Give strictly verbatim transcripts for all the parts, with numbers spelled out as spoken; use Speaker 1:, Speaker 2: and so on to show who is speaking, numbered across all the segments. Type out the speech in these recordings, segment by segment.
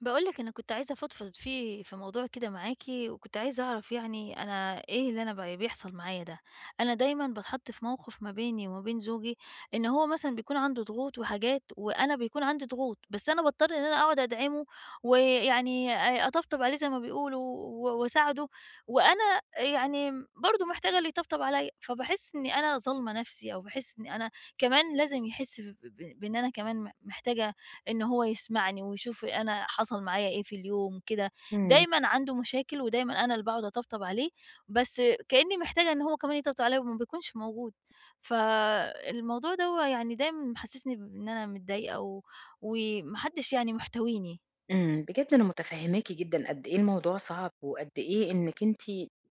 Speaker 1: باقول لِك أنا كنت عايزة أفضفض فيه في موضوع كده معاكِ، وكنت عايزة أعرف يعني أنا إيه اللي أنا ب بيحصل معايا ده؟ أنا دايمًا باتحط في موقف ما بيني وما بين زوجي، إن هو مثلًا بيكون عنده ضغوط وحاجات، وأنا بيكون عندي ضغوط، بس أنا باضطر إن أنا أقعد أدعمه، ويعني آآ أطبطب عليه زي ما بيقولوا، و وأساعده، وأنا يعني برضه محتاجة اللي يطبطب عليَّ، فباحس إني أنا ظالمة نفسي، أو باحس إني أنا كمان لازم يحس ب ب بإن أنا كمان م محتاجة إن هو يسمعني ويشوف أنا حصل معايا إيه في اليوم كده،
Speaker 2: إمم،
Speaker 1: دايمًا عنده مشاكل ودايمًا أنا اللي باقعد أطبطب عليه، بس كإني محتاجة إن هو كمان يطبطب عليّا وما بيكونش موجود، فالموضوع دوّة يعني دايمًا محسسني بإن أنا متضايقة و وما حدش يعني محتويني.
Speaker 2: إمم، بجد أنا متفهماكِ جدًا قد إيه الموضوع صعب، وقد إيه إنِّك أنتِ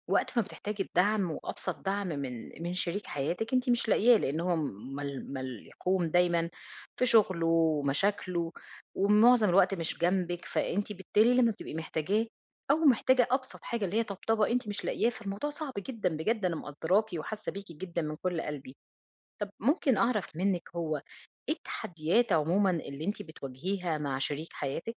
Speaker 2: وقت ما بتحتاجي الدعم وأبسط دعم من من شريك حياتِك أنتِ مش لاقياه، لأن هو مل ملحوم دايمًا في شغله ومشاكله، ومعظم الوقت مش جنبِك، فأنتِ بالتالي لمّا بتبقي محتاجاه أو محتاجة أبسط حاجة اللي هي طبطبة أنتِ مش لاقياه، فالموضوع صعب جدًا بجد أنا مقدّراكِ وحاسة بيكِ جدًا من كل قلبي. طَب ممكن أعرف منِّك هو إيه التحديات عمومًا اللي أنتِ بتواجهيها مع شريك حياتِك؟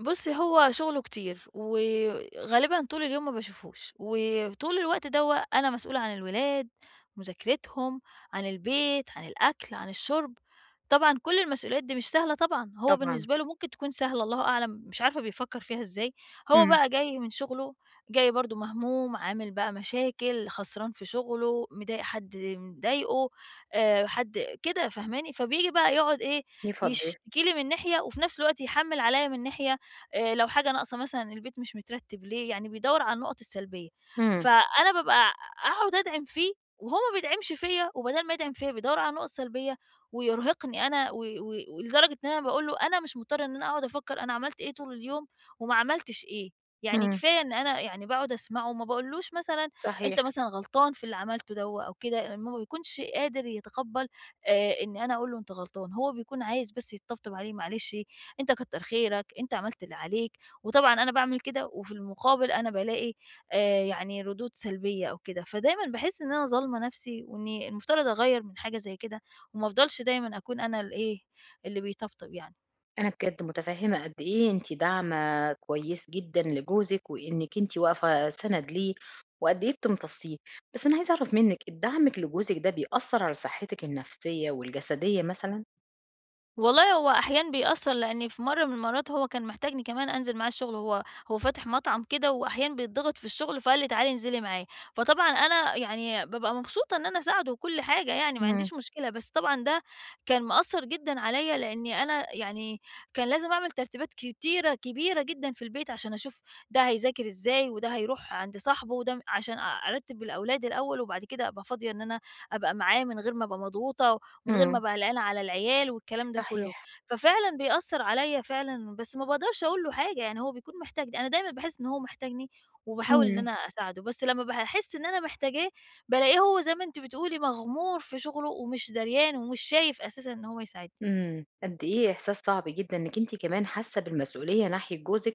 Speaker 1: بُصّي، هو شغله كتير، وغالبًا طول اليوم ما باشوفهوش، وطول الوقت دوّة أنا مسؤولة عن الولاد، مذاكرتهم، عن البيت، عن الأكل، عن الشرب، طبعًا كل المسؤوليات دي مش سهلة طبعًا، هو
Speaker 2: طبعًا،
Speaker 1: بالنسبة له ممكن تكون سهلة الله أعلم، مش عارفة بيفكّر فيها إزاي، هو
Speaker 2: إمم،
Speaker 1: بقى جاي من شغله، جاي برضه مهموم، عامل بقى مشاكل، خسران في شغله، مضايق حد مضايقه، آآ، حد كده فاهماني؟ فبييجي بقى يقعد إيه،
Speaker 2: يفضّي،
Speaker 1: يشتكي لي من ناحية، وفي نفس الوقت يحمّل عليَّ من ناحية. آآ لو حاجة ناقصة مثلًا البيت مش مترتب ليه، يعني بيدوّر على النقط السلبية،
Speaker 2: إمم،
Speaker 1: فأنا بابقى أقعد أدعم فيه وهو ما بيدعمش فيّا، وبدال ما يدعم فيّا بيدوّر على نقط سلبية ويرهقني أنا و و ولدرجة إن أنا باقول له أنا مش مضطرة إن أنا أقعد أفكّر أنا عملت إيه طول اليوم وما عملتش إيه، يعني
Speaker 2: إمم،
Speaker 1: كفاية إن أنا يعني باقعد أسمعه وما باقولوش مثلًا
Speaker 2: صحيح،
Speaker 1: أنت مثلًا غلطان في اللي عملته دوّة أو كده، لإنه ما بيكونش قادر يتقبّل آآ إن أنا أقول له أنت غلطان، هو بيكون عايز بس يتطبطب عليه معلش أنت كتّر خيرك، أنت عملت اللي عليك، وطبعًا أنا باعمل كده وفي المقابل أنا بالاقي آآ يعني ردود سلبية أو كده، فدايمًا باحس إن أنا ظالمة نَفْسي وإني المفترض أغيّر من حاجة زي كده وما أفضلش دايمًا أكون أنا الإيه، اللي بيطبطب يعني.
Speaker 2: أنا بجد متفهّمة قد إيه أنتِ داعمة كويس جدًا لجوزِك، وإنِّك أنتِ واقفة سَنَد ليه، وقد إيه بتمتصّيه، بس أنا عايزة أعرف منِّك الدعم لجوزِك ده بيأثّر على صحتِك النفسية والجسدية مثلًا؟
Speaker 1: والله هو أحيانًا بيأثّر، لإني في مرّة من المرّات هو كان محتاجني كمان أنزل معاه الشغل، هو هو فاتح مطعم كده وأحيانًا بيتضغط في الشغل، فقال لي: "تعالي انزلي معايا." فطبعًا أنا يعني بابقى مبسوطة إن أنا أساعده وكل حاجة يعني، ما
Speaker 2: إمم،
Speaker 1: عنديش مشكلة، بس طبعًا ده كان مأثّر جدًا عليّا، لإني أنا يعني كان لازم أعمل ترتيبات كتيرة كبيرة جدًا في البيت، عشان أشوف ده هيذاكر إزاي، وده هيروح عند صاحبه، وده م عشان أ أرتّب الأولاد الأول، وبعد كده أبقى فاضية إن أنا أبقى معاه من غير ما أبقى مضغوطة. ومن غير ما
Speaker 2: إمم،
Speaker 1: أبقى قلقانة على العيال والكلام ده كله،
Speaker 2: صحيح،
Speaker 1: ففعلًا بيأثّر عليَّ فعلًا، بس ما باقدرش أقول له حاجة، يعني هو بيكون محتاجني، أنا دايمًا باحس إن هو محتاجني وباحاول إن
Speaker 2: إمم.
Speaker 1: أنا أساعده، بس لمّا باحس إن أنا محتاجاه، بالاقيه هو زي ما أنتِ بتقولي مغمور في شغله ومش دريان ومش شايف أساسًا إن هو يساعدني.
Speaker 2: إمم، قد إيه إحساس صعب جدًا إنِّك أنتِ كمان حاسة بالمسؤولية ناحية جوزِك،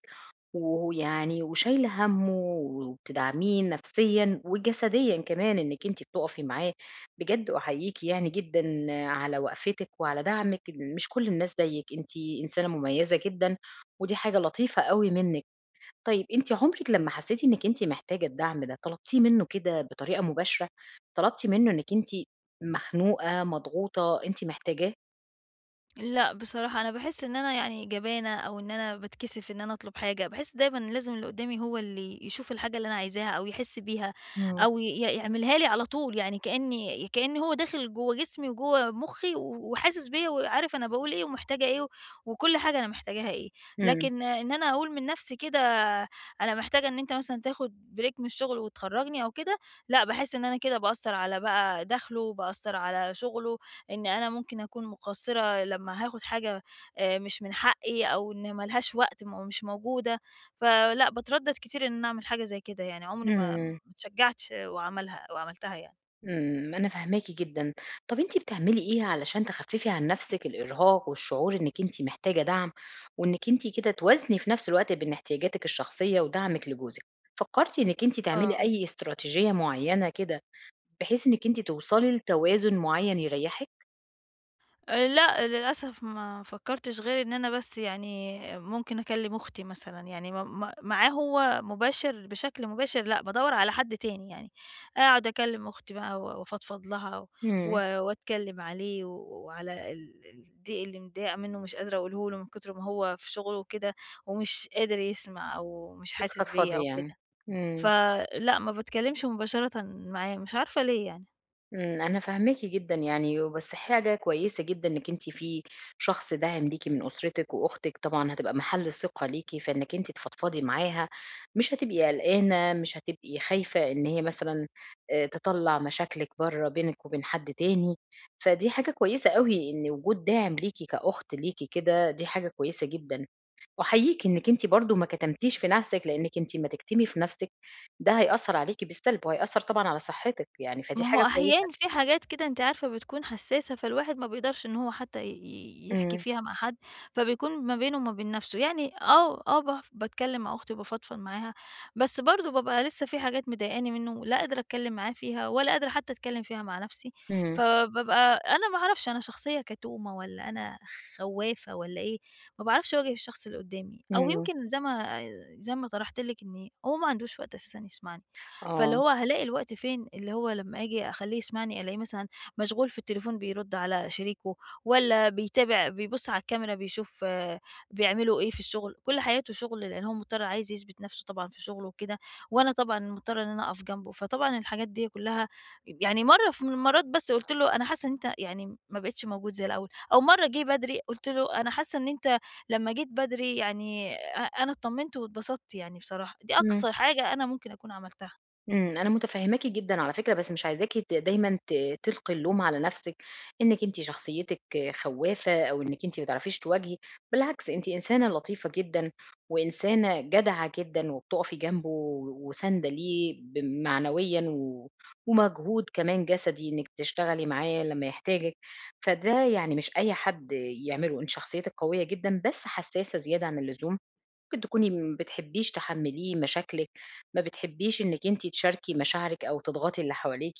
Speaker 2: وهو يعني وشايلة هَمّه وبتدعميه نفسيًا وجسديًا كمان إنِّك أنتِ بتُقفي معاه، بجد أحييكِ يعني جدًا على وقفتِك وعلى دعمِك، مش كل الناس زيِّك، أنتِ إنسانة مميزة جدًا ودي حاجة لطيفة أوي منِّك. طيب أنتِ عمرِك لمّا حسيتِ إنِّك أنتِ محتاجة الدعم ده، طلبتيه منه كده بطريقة مباشرة؟ طلبتِ منه إنِّك أنتِ مخنوقة، مضغوطة، أنتِ محتاجاه؟
Speaker 1: لأ، بصراحة أنا باحس إن أنا يعني جبانة أو إن أنا باتكسف إن أنا أطلب حاجة، باحس دايمًا إن لازم اللي قدّامي هو اللي يشوف الحاجة اللي أنا عايزاها أو يحس بيها أو ي يعملها لي على طول، يعني كإني كإن هو داخل جوّه جسمي وجوّه مُخّي و وحاسس بيّا وعارف أنا باقول إيه ومحتاجة إيه و- وكل حاجة أنا محتاجاها إيه،
Speaker 2: إمم،
Speaker 1: لكن إن أنا أقول من نَفْسي كده أنا محتاجة إن أنت مثلًا تاخُد break من الشغل وتخرّجني أو كده، لأ، باحس إن أنا كده باأثّر على بقى دَخْله، باأثّر على شُغله، إن أنا ممكن أكون مقصِّرة لمّا هاخُد حاجة آآ مش من حقّي أو إن ما لهاش وقت م مش موجودة، فلأ باتردّد كتير إن أنا أعمل حاجة زي كده يعني، عمري ما ما
Speaker 2: إمم،
Speaker 1: اتشجّعتش وعملها وعملتها يعني.
Speaker 2: إمم، أنا فاهماكِ جدًا. طَب أنتِ بتعملي إيه علشان تخفّفي عن نَفْسِك الإرهاق والشعور إنِّك أنتِ محتاجة دعم، وإنِّك أنتِ كده توازني في نَفْس الوقت بين احتياجاتِك الشخصية ودعمِك لجوزِك؟ فكّرتِ إنِّك أنتِ تعملي
Speaker 1: آه.
Speaker 2: أي استراتيجية معيّنة كده بحيث إنِّك أنتِ توصلي لتوازن معيّن يريّحِك؟
Speaker 1: آآ لأ، للأسف ما فكّرتش غير إن أنا بس يعني ممكن أكلّم أختي مثلًا، يعني ما ما معاه هو مباشر بشكل مباشر لأ، بادوّر على حد تاني يعني، أقعد أكلّم أختي بقى و وأفضفض لها و
Speaker 2: إمم،
Speaker 1: وأتكلّم عليه و وعلى ال الضيق اللي مضايقة منّه ومش قادرة أقوله له من كتر ما هو في شغله وكده ومش قادر يسمع أو مش حاسس بيّا
Speaker 2: بتفضفضي
Speaker 1: أو
Speaker 2: يعني.
Speaker 1: كده،
Speaker 2: إمم.
Speaker 1: فلأ، ما باتكلّمش مباشرةً معاه، مش عارفة ليه يعني.
Speaker 2: إمم، أنا فاهماكِ جدًا يعني، وبس حاجة كويسة جدًا إنِّك أنتِ في شخص داعم ليكِ من أسرتِك، وأختِك طبعًا هتبقى محل ثقة ليكِ، فإنِّك أنتِ تفضفضي معاها، مش هتبقي قلقانة، مش هتبقي خايفة إن هي مثلًا آآ تطلّع مشاكلِك برّه بينِك وبين حد تاني، فدي حاجة كويسة أوي إن وجود داعم ليكِ كأخت ليكِ كده، دي حاجة كويسة جدًا، وأحييكِ إنِّك أنتِ برضه ما كتمتيش في نَفْسِك، لإنِّك أنتِ أمّا تكتمي في نَفْسِك ده هيأثّر عليكِ بالسلب، وهيأثّر طبعًا على صحتِك يعني، فدي
Speaker 1: ما
Speaker 2: حاجة
Speaker 1: هو أحيان
Speaker 2: كويسة.
Speaker 1: في حاجات كده أنتِ عارفة بتكون حساسة، فالواحد ما بيقدرش إن هو حتى ي ي يحكي
Speaker 2: إمم،
Speaker 1: فيها مع حد، فبيكون ما بينه وما بين نَفْسه، يعني آه، آه باف باتكلّم مع أختي وبافضفض معاها، بس برضه بابقى لسه في حاجات مضايقاني منّه لا قادرة أتكلّم معاه فيها ولا قادرة حتى أتكلّم فيها مع نَفْسي،
Speaker 2: إمم،
Speaker 1: فبابقى أنا ما أعرفش أنا شخصية كتومة والّا أنا خوّافة والّا إيه، ما باعرفش أواجه الشخص اللي قُدّامي، أو
Speaker 2: إمم،
Speaker 1: يمكن زي ما زي ما طرحت لِك إن هو ما عندوش وقت أساسًا يسمعني. فاللي
Speaker 2: آه،
Speaker 1: هو هالاقي الوقت فين، اللي هو لمّا آجي أخلّيه يسمعني ألاقيه مثلًا مشغول في التليفون بيرُد على شريكه، والّا بيتابع بيبُص على الكاميرا بيشوف آه، بيعملوا إيه في الشغل، كل حياته شغل لإن هو مضطر عايز يثبت نَفْسه طبعًا في شغله وكده، وأنا طبعًا مضطرة إن أنا أقف جنبه، فطبعًا الحاجات دي كلّها يعني مرّة في من المرّات بس قُلت له: "أنا حاسة إن أنت يعني ما بقيتش موجود زي الأول." أو مرّة جِه بدري قُلت له: "أنا حاسة إن أنت لمّا جيت بدري يعني أ أنا اتطمنت واتبسطت يعني بصراحة." دي
Speaker 2: إمم،
Speaker 1: أقصى حاجة أنا ممكن أكون عملتها.
Speaker 2: إمم، أنا متفهماكِ جدًا على فكرة، بس مش عايزاكِ ت دايمًا ت تلقي اللوم على نفسِك، إنِك أنتِ شخصيتِك خوافة أو إنِك أنتِ ما بتعرفيش تواجهي، بالعكس أنتِ إنسانة لطيفة جدًا، وإنسانة جدعة جدًا، وبتقفي جنبه وساندة ليه ب معنويًا و ومجهود كمان جسدي إنِك بتشتغلي معاه لمّا يحتاجِك، فده يعني مش أي حد يعمله، أنتِ شخصيتِك قوية جدًا، بس حساسة زيادة عن اللزوم. ممكن تكوني ما بتحبّيش تحمّليه مشاكلِك، ما بتحبّيش إنِّك أنتِ تشاركي مشاعرِك أو تضغطي اللي حواليكِ،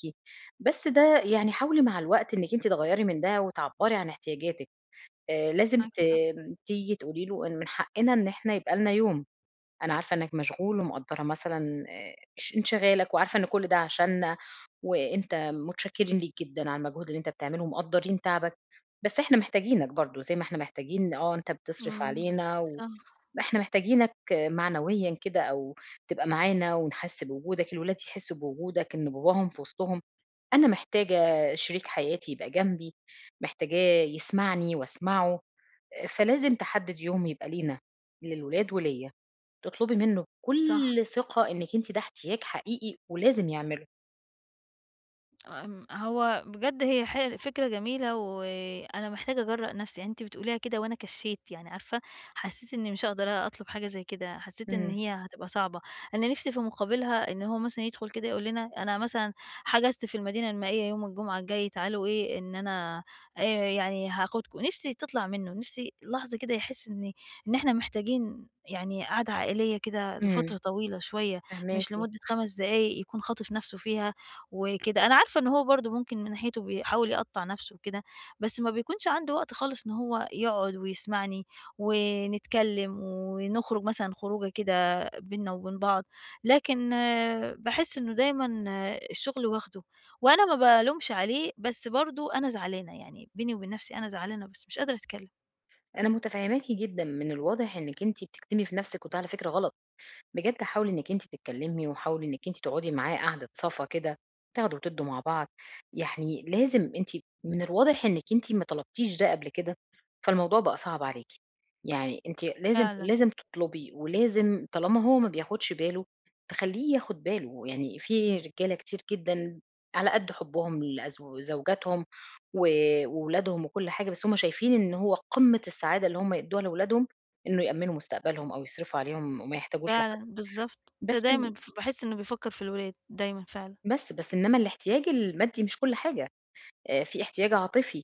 Speaker 2: بس ده يعني حاولي مع الوقت إنِّك أنتِ تغيّري من ده وتعبّري عن احتياجاتِك، آآ لازم ت تيجي تقولي له إن من حقنا إن إحنا يبقى لنا يوم، أنا عارفة إنّك مشغول ومقدّرة مثلًا آآ اش انشغالك وعارفة إن كل ده عشاننا وأنت متشكّرين ليك جدًا على المجهود اللي أنت بتعمله ومقدّرين تعبك، بس إحنا محتاجينك برضه زي ما إحنا محتاجين آه، أنت بتصرف
Speaker 1: إمم،
Speaker 2: علينا و
Speaker 1: صح،
Speaker 2: إحنا محتاجينك معنويًا كده أو تبقى معانا ونحس بوجودك، الولاد يحسّوا بوجودك، إن باباهم في وسطهم، أنا محتاجة شريك حياتي يبقى جنبي، محتاجاه يسمعني وأسمعه، فلازم تحدد يوم يبقى لينا، للولاد وليّا، تطلبي منّه
Speaker 1: صح.
Speaker 2: بكل ثقة إنِّك أنتِ ده احتياج حقيقي ولازم يعمله.
Speaker 1: آمم، هو بجد هي حل فكرة جميلة، وأنا محتاجة أجرّأ نفسي، يعني أنتِ بتقوليها كده وأنا كشّيت، يعني عارفة حسّيت إني مش هاقدر أطلب حاجة زي كده، حسّيت إن
Speaker 2: إمم.
Speaker 1: هي هتبقى صعبة، أنا نِفْسي في مقابلها إن هو مثلًا يدخل كده يقول لنا أنا مثلًا حجزت في المدينة المائية يوم الجمعة الجاي تعالوا إيه، إن أنا آآ، يعني هاخدكم، نِفْسي تطلع منه، نِفْسي لحظة كده يحس إن إن إحنا محتاجين يعني قعدة عائلية كده
Speaker 2: إمم،
Speaker 1: لفترة طويلة شوية،
Speaker 2: فاهماكِ،
Speaker 1: مش لمدة 5 دقايق يكون خاطف نفسه فيها وكده، أنا عارفة إن هو برضه ممكن من ناحيته بيحاول يقطّع نَفْسه وكده، بس ما بيكونش عنده وقت خالص إن هو يقعد ويسمعني ونتكلّم ونخرج مثلًا خروجة كده بيننا وبين بعض، لكن باحس إنه دايمًا آه، الشغل واخده، وأنا ما بالومش عليه، بس برضه أنا زعلانة، يعني بيني وبين نَفْسي أنا زعلانة بس مش قادرة أتكلّم.
Speaker 2: أنا متفهّماكِ جدًا، من الواضح إنِّك أنتِ بتكتمي في نفسِك وده على فكرة غلط. بجد حاولي إنِّك أنتِ تتكلّمي وحاولي إنِّك أنتِ تقعدي معاه قعدة صفا كده، تاخدوا وتدّوا مع بعض، يعني لازم أنتِ من الواضح إنِّك أنتِ ما طلبتيش ده قبل كده، فالموضوع بقى صعب عليكِ، يعني أنتِ لازم
Speaker 1: فعلًا،
Speaker 2: لازم تطلبي ولازم طالما هو ما بياخدش باله، تخلّيه ياخد باله، يعني في رجالة كتير جدًا على قد حُبّهم لأزو زوجاتهم و وولادهم وكل حاجة، بس هُم شايفين إن هو قمّة السعادة اللي هُم يدّوها لولادهم إنه يأمّنوا مستقبلهم أو يصرفوا عليهم وما يحتاجوش لحد.
Speaker 1: فعلًا، بالضبط، ده
Speaker 2: بس ال
Speaker 1: دايمًا ف باحس إنه بيفكّر في الولاد، دايمًا فعلًا.
Speaker 2: بس، بس إنما الاحتياج المادي مش كل حاجة، آآ في احتياج عاطفي،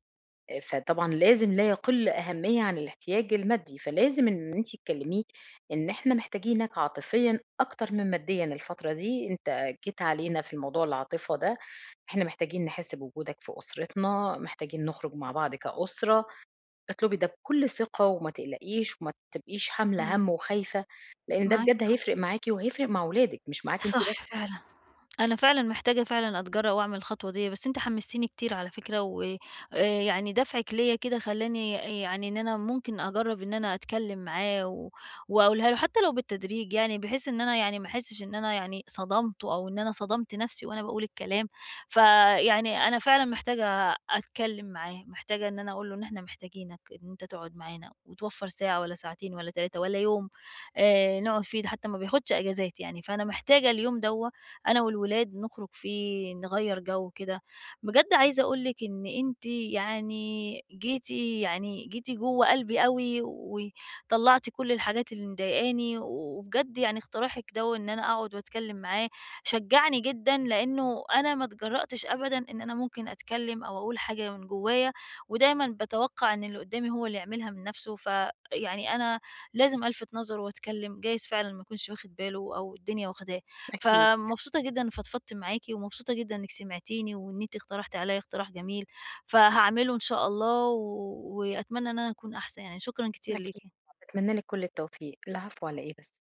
Speaker 2: آآ فطبعًا لازم لا يقل أهمية عن الاحتياج المادي، فلازم إن أنتِ تكلميه إن إحنا محتاجينك عاطفيًا أكتر من ماديًا الفترة دي، أنت جيت علينا في الموضوع العاطفة ده، إحنا محتاجين نحس بوجودك في أسرتنا، محتاجين نخرج مع بعض كأسرة، اطلبي ده بكل ثقة وما تقلقيش وما تبقيش حاملة
Speaker 1: إمم،
Speaker 2: هَم وخايفة، لإن ده
Speaker 1: معاكِ
Speaker 2: بجد هيفرق معاكِ وهيفرق مع ولادِك مش معاكِ أنتِ بس،
Speaker 1: صح فعلًا. أنا فعلًا محتاجة فعلًا أتجرأ وأعمل الخطوة ديّة، بس أنت حمستيني كتير على فكرة، و آآ يعني دفعِك ليّا كده خلّاني يعني إن أنا ممكن أجرّب إن أنا أتكلّم معاه و وأقولها له، حتى لو بالتدريج يعني، بحيث إن أنا يعني ما أحسّش إن أنا يعني صدمته أو إن أنا صدمت نَفْسي وأنا باقول الكلام. فيعني أنا فعلًا محتاجة أتكلّم معاه، محتاجة إن أنا أقول له إن إحنا محتاجينك، إن أنت تقعد معانا وتوفّر ساعة والّا ساعتين والّا تلاتة والّا يوم. آآ نقعد فيه، ده حتى ما بياخدش أجازات يعني، فأنا محتاجة اليوم دوّة أنا والولاد نخرج فيه، نغيّر جو كده. بجد عايزة أقول لِك إن أنتِ يعني جيتِ يعني جيتِ جوّه قلبي أوي، وطلّعتِ كل الحاجات اللي مضايقاني، وبجد يعني اقتراحِك دوّة إن أنا أقعد وأتكلم معاه شجّعني جدًا، لإنه أنا ما اتجرأتش أبدًا إن أنا ممكن أتكلم أو أقول حاجة من جوايا، ودايمًا باتوقع إن اللي قدّامي هو اللي يعملها من نَفْسه، فيعني أنا لازم ألفت نظره وأتكلم، جايز فعلًا ما يكونش واخد باله أو الدنيا واخداه.
Speaker 2: أكيد.
Speaker 1: فمبسوطة جدًا إني فضفضت معاكِ، ومبسوطة جدًا إنِّك سمعتيني، وإن أنتِ اقترحتِ عليَّ اقتراح جميل، فهاعمله إن شاء الله، و وأتمنى إن أنا أكون أحسن يعني. شكرًا كتير
Speaker 2: أكيد،
Speaker 1: ليكِ.
Speaker 2: باتمنى لِك كل التوفيق، العفو على إيه بس.